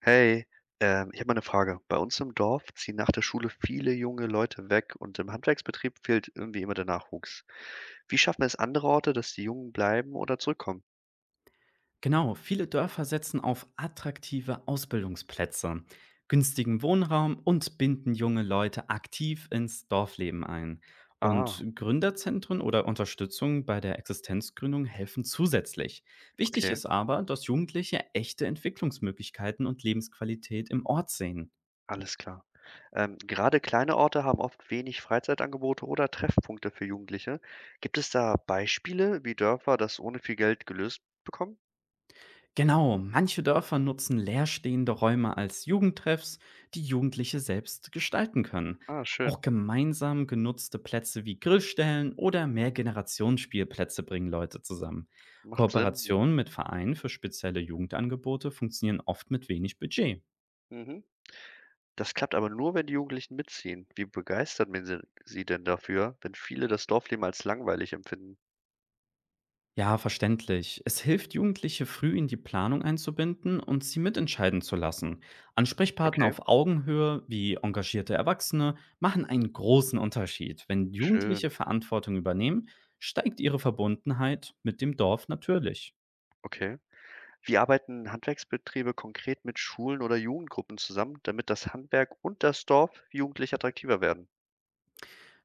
Hey, ich habe mal eine Frage. Bei uns im Dorf ziehen nach der Schule viele junge Leute weg und im Handwerksbetrieb fehlt irgendwie immer der Nachwuchs. Wie schaffen es andere Orte, dass die Jungen bleiben oder zurückkommen? Genau, viele Dörfer setzen auf attraktive Ausbildungsplätze, günstigen Wohnraum und binden junge Leute aktiv ins Dorfleben ein. Ah, Und Gründerzentren oder Unterstützung bei der Existenzgründung helfen zusätzlich. Wichtig okay, ist aber, dass Jugendliche echte Entwicklungsmöglichkeiten und Lebensqualität im Ort sehen. alles klar. Gerade kleine Orte haben oft wenig Freizeitangebote oder Treffpunkte für Jugendliche. Gibt es da Beispiele, wie Dörfer das ohne viel Geld gelöst bekommen? Genau, manche Dörfer nutzen leerstehende Räume als Jugendtreffs, die Jugendliche selbst gestalten können. Ah, schön, Auch gemeinsam genutzte Plätze wie Grillstellen oder Mehrgenerationsspielplätze bringen Leute zusammen. macht Sinn. Mhm. Kooperationen mit Vereinen für spezielle Jugendangebote funktionieren oft mit wenig Budget. Mhm. Das klappt aber nur, wenn die Jugendlichen mitziehen. Wie begeistert man sie denn dafür, wenn viele das Dorfleben als langweilig empfinden? Ja, verständlich. Es hilft, Jugendliche früh in die Planung einzubinden und sie mitentscheiden zu lassen. Ansprechpartner Okay, auf Augenhöhe wie engagierte Erwachsene machen einen großen Unterschied. Wenn schön. Jugendliche Verantwortung übernehmen, steigt ihre Verbundenheit mit dem Dorf natürlich. Okay. Wie arbeiten Handwerksbetriebe konkret mit Schulen oder Jugendgruppen zusammen, damit das Handwerk und das Dorf jugendlich attraktiver werden?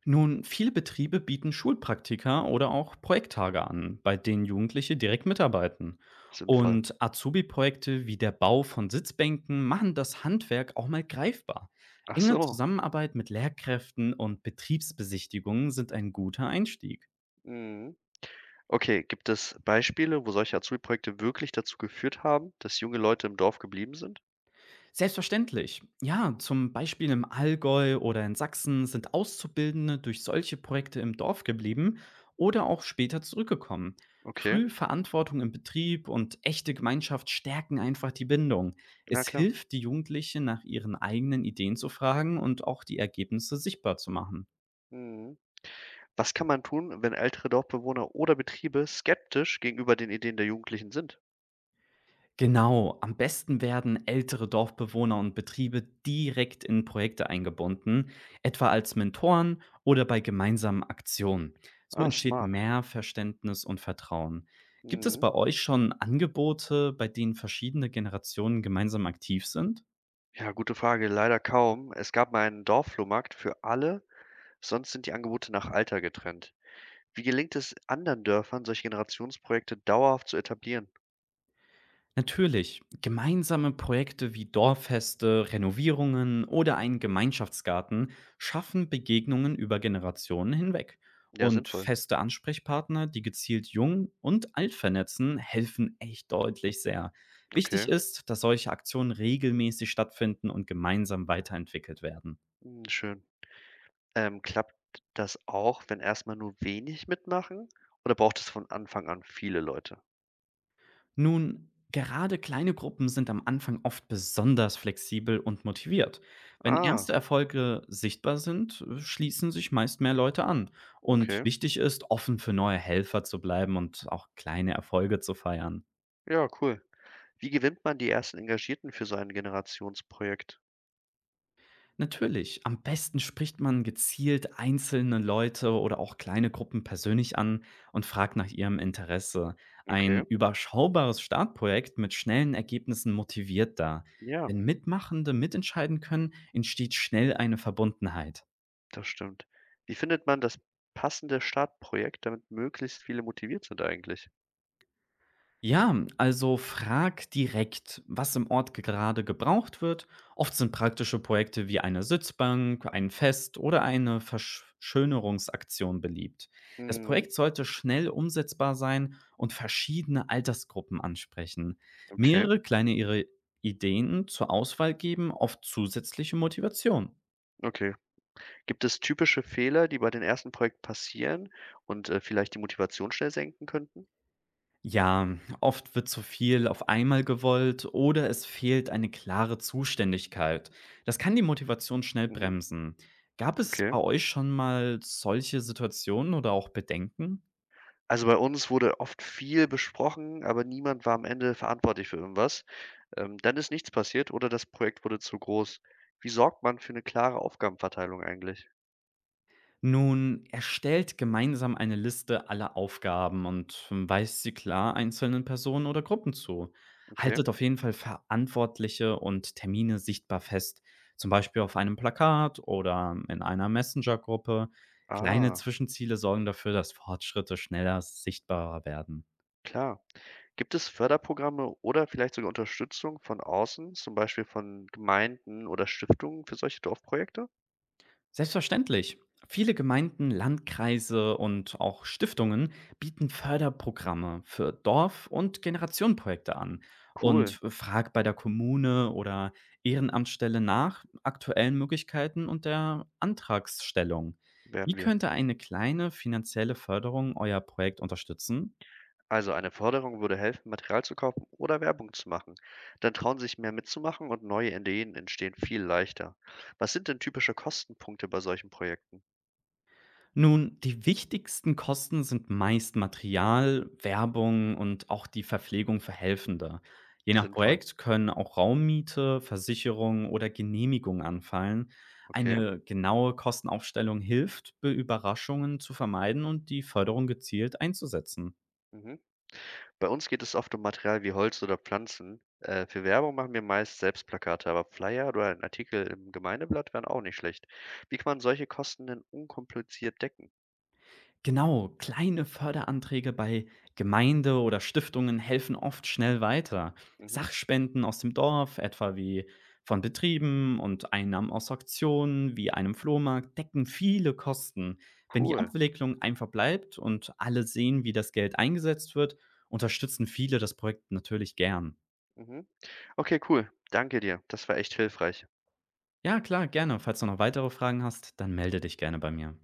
Nun, viele Betriebe bieten Schulpraktika oder auch Projekttage an, bei denen Jugendliche direkt mitarbeiten. Sinnvoll. Und Azubi-Projekte wie der Bau von Sitzbänken machen das Handwerk auch mal greifbar. Ach Enge so. Zusammenarbeit mit Lehrkräften und Betriebsbesichtigungen sind ein guter Einstieg. Mhm. Okay, gibt es Beispiele, wo solche Azubi-Projekte wirklich dazu geführt haben, dass junge Leute im Dorf geblieben sind? Selbstverständlich. Ja, zum Beispiel im Allgäu oder in Sachsen sind Auszubildende durch solche Projekte im Dorf geblieben oder auch später zurückgekommen. Okay, Früh Verantwortung im Betrieb und echte Gemeinschaft stärken einfach die Bindung. na Es klar. hilft, die Jugendlichen nach ihren eigenen Ideen zu fragen und auch die Ergebnisse sichtbar zu machen. Mhm. Was kann man tun, wenn ältere Dorfbewohner oder Betriebe skeptisch gegenüber den Ideen der Jugendlichen sind? Genau, am besten werden ältere Dorfbewohner und Betriebe direkt in Projekte eingebunden, etwa als Mentoren oder bei gemeinsamen Aktionen. So Ah, entsteht smart. mehr Verständnis und Vertrauen. Gibt es Mhm. bei euch schon Angebote, bei denen verschiedene Generationen gemeinsam aktiv sind? Ja, gute Frage. Leider kaum. Es gab mal einen Dorfflohmarkt für alle, sonst sind die Angebote nach Alter getrennt. Wie gelingt es anderen Dörfern, solche Generationsprojekte dauerhaft zu etablieren? Natürlich, gemeinsame Projekte wie Dorffeste, Renovierungen oder einen Gemeinschaftsgarten schaffen Begegnungen über Generationen hinweg. Ja, Und sinnvoll. feste Ansprechpartner, die gezielt jung und alt vernetzen, helfen echt deutlich sehr. Wichtig Okay, ist, dass solche Aktionen regelmäßig stattfinden und gemeinsam weiterentwickelt werden. mhm, schön. Klappt das auch, wenn erstmal nur wenig mitmachen? Oder braucht es von Anfang an viele Leute? Nun, gerade kleine Gruppen sind am Anfang oft besonders flexibel und motiviert. Wenn Ah, erste Erfolge sichtbar sind, schließen sich meist mehr Leute an. Und okay. wichtig ist, offen für neue Helfer zu bleiben und auch kleine Erfolge zu feiern. Ja, cool. Wie gewinnt man die ersten Engagierten für so ein Generationsprojekt? Natürlich, am besten spricht man gezielt einzelne Leute oder auch kleine Gruppen persönlich an und fragt nach ihrem Interesse. Ein Okay, überschaubares Startprojekt mit schnellen Ergebnissen motiviert da. ja, Wenn Mitmachende mitentscheiden können, entsteht schnell eine Verbundenheit. das stimmt. Wie findet man das passende Startprojekt, damit möglichst viele motiviert sind eigentlich? Ja, also frag direkt, was im Ort gerade gebraucht wird. Oft sind praktische Projekte wie eine Sitzbank, ein Fest oder eine Verschönerungsaktion beliebt. Das Mhm. Projekt sollte schnell umsetzbar sein und verschiedene Altersgruppen ansprechen. Okay, Mehrere kleine ihre Ideen zur Auswahl geben oft zusätzliche Motivation. okay. Gibt es typische Fehler, die bei den ersten Projekten passieren und vielleicht die Motivation schnell senken könnten? Ja, oft wird zu viel auf einmal gewollt oder es fehlt eine klare Zuständigkeit. Das kann die Motivation schnell Mhm. bremsen. Gab es Okay. bei euch schon mal solche Situationen oder auch Bedenken? Also bei uns wurde oft viel besprochen, aber niemand war am Ende verantwortlich für irgendwas. Dann ist nichts passiert oder das Projekt wurde zu groß. Wie sorgt man für eine klare Aufgabenverteilung eigentlich? Nun, erstellt gemeinsam eine Liste aller Aufgaben und weist sie klar einzelnen Personen oder Gruppen zu. Okay. Haltet auf jeden Fall Verantwortliche und Termine sichtbar fest, zum Beispiel auf einem Plakat oder in einer Messenger-Gruppe. Kleine Ah, Zwischenziele sorgen dafür, dass Fortschritte schneller sichtbarer werden. klar. Gibt es Förderprogramme oder vielleicht sogar Unterstützung von außen, zum Beispiel von Gemeinden oder Stiftungen für solche Dorfprojekte? Selbstverständlich. Viele Gemeinden, Landkreise und auch Stiftungen bieten Förderprogramme für Dorf- und Generationenprojekte an Cool, und frag bei der Kommune oder Ehrenamtsstelle nach aktuellen Möglichkeiten und der Antragsstellung. werden Wie wir. könnte eine kleine finanzielle Förderung euer Projekt unterstützen? Also eine Förderung würde helfen, Material zu kaufen oder Werbung zu machen. Dann trauen sich mehr mitzumachen und neue Ideen entstehen viel leichter. Was sind denn typische Kostenpunkte bei solchen Projekten? Nun, die wichtigsten Kosten sind meist Material, Werbung und auch die Verpflegung für Helfende. Je nach Sinnvoll. Projekt können auch Raummiete, Versicherung oder Genehmigung anfallen. Okay. Eine genaue Kostenaufstellung hilft, Überraschungen zu vermeiden und die Förderung gezielt einzusetzen. Mhm. Bei uns geht es oft um Material wie Holz oder Pflanzen. Für Werbung machen wir meist selbst Plakate, aber Flyer oder ein Artikel im Gemeindeblatt wären auch nicht schlecht. Wie kann man solche Kosten denn unkompliziert decken? Genau, kleine Förderanträge bei Gemeinde oder Stiftungen helfen oft schnell weiter. Mhm, Sachspenden aus dem Dorf, etwa wie von Betrieben und Einnahmen aus Auktionen wie einem Flohmarkt, decken viele Kosten. Wenn die cool. Abwicklung einfach bleibt und alle sehen, wie das Geld eingesetzt wird, unterstützen viele das Projekt natürlich gern. Mhm. Okay, cool. Danke dir. Das war echt hilfreich. Ja, klar, gerne. Falls du noch weitere Fragen hast, dann melde dich gerne bei mir.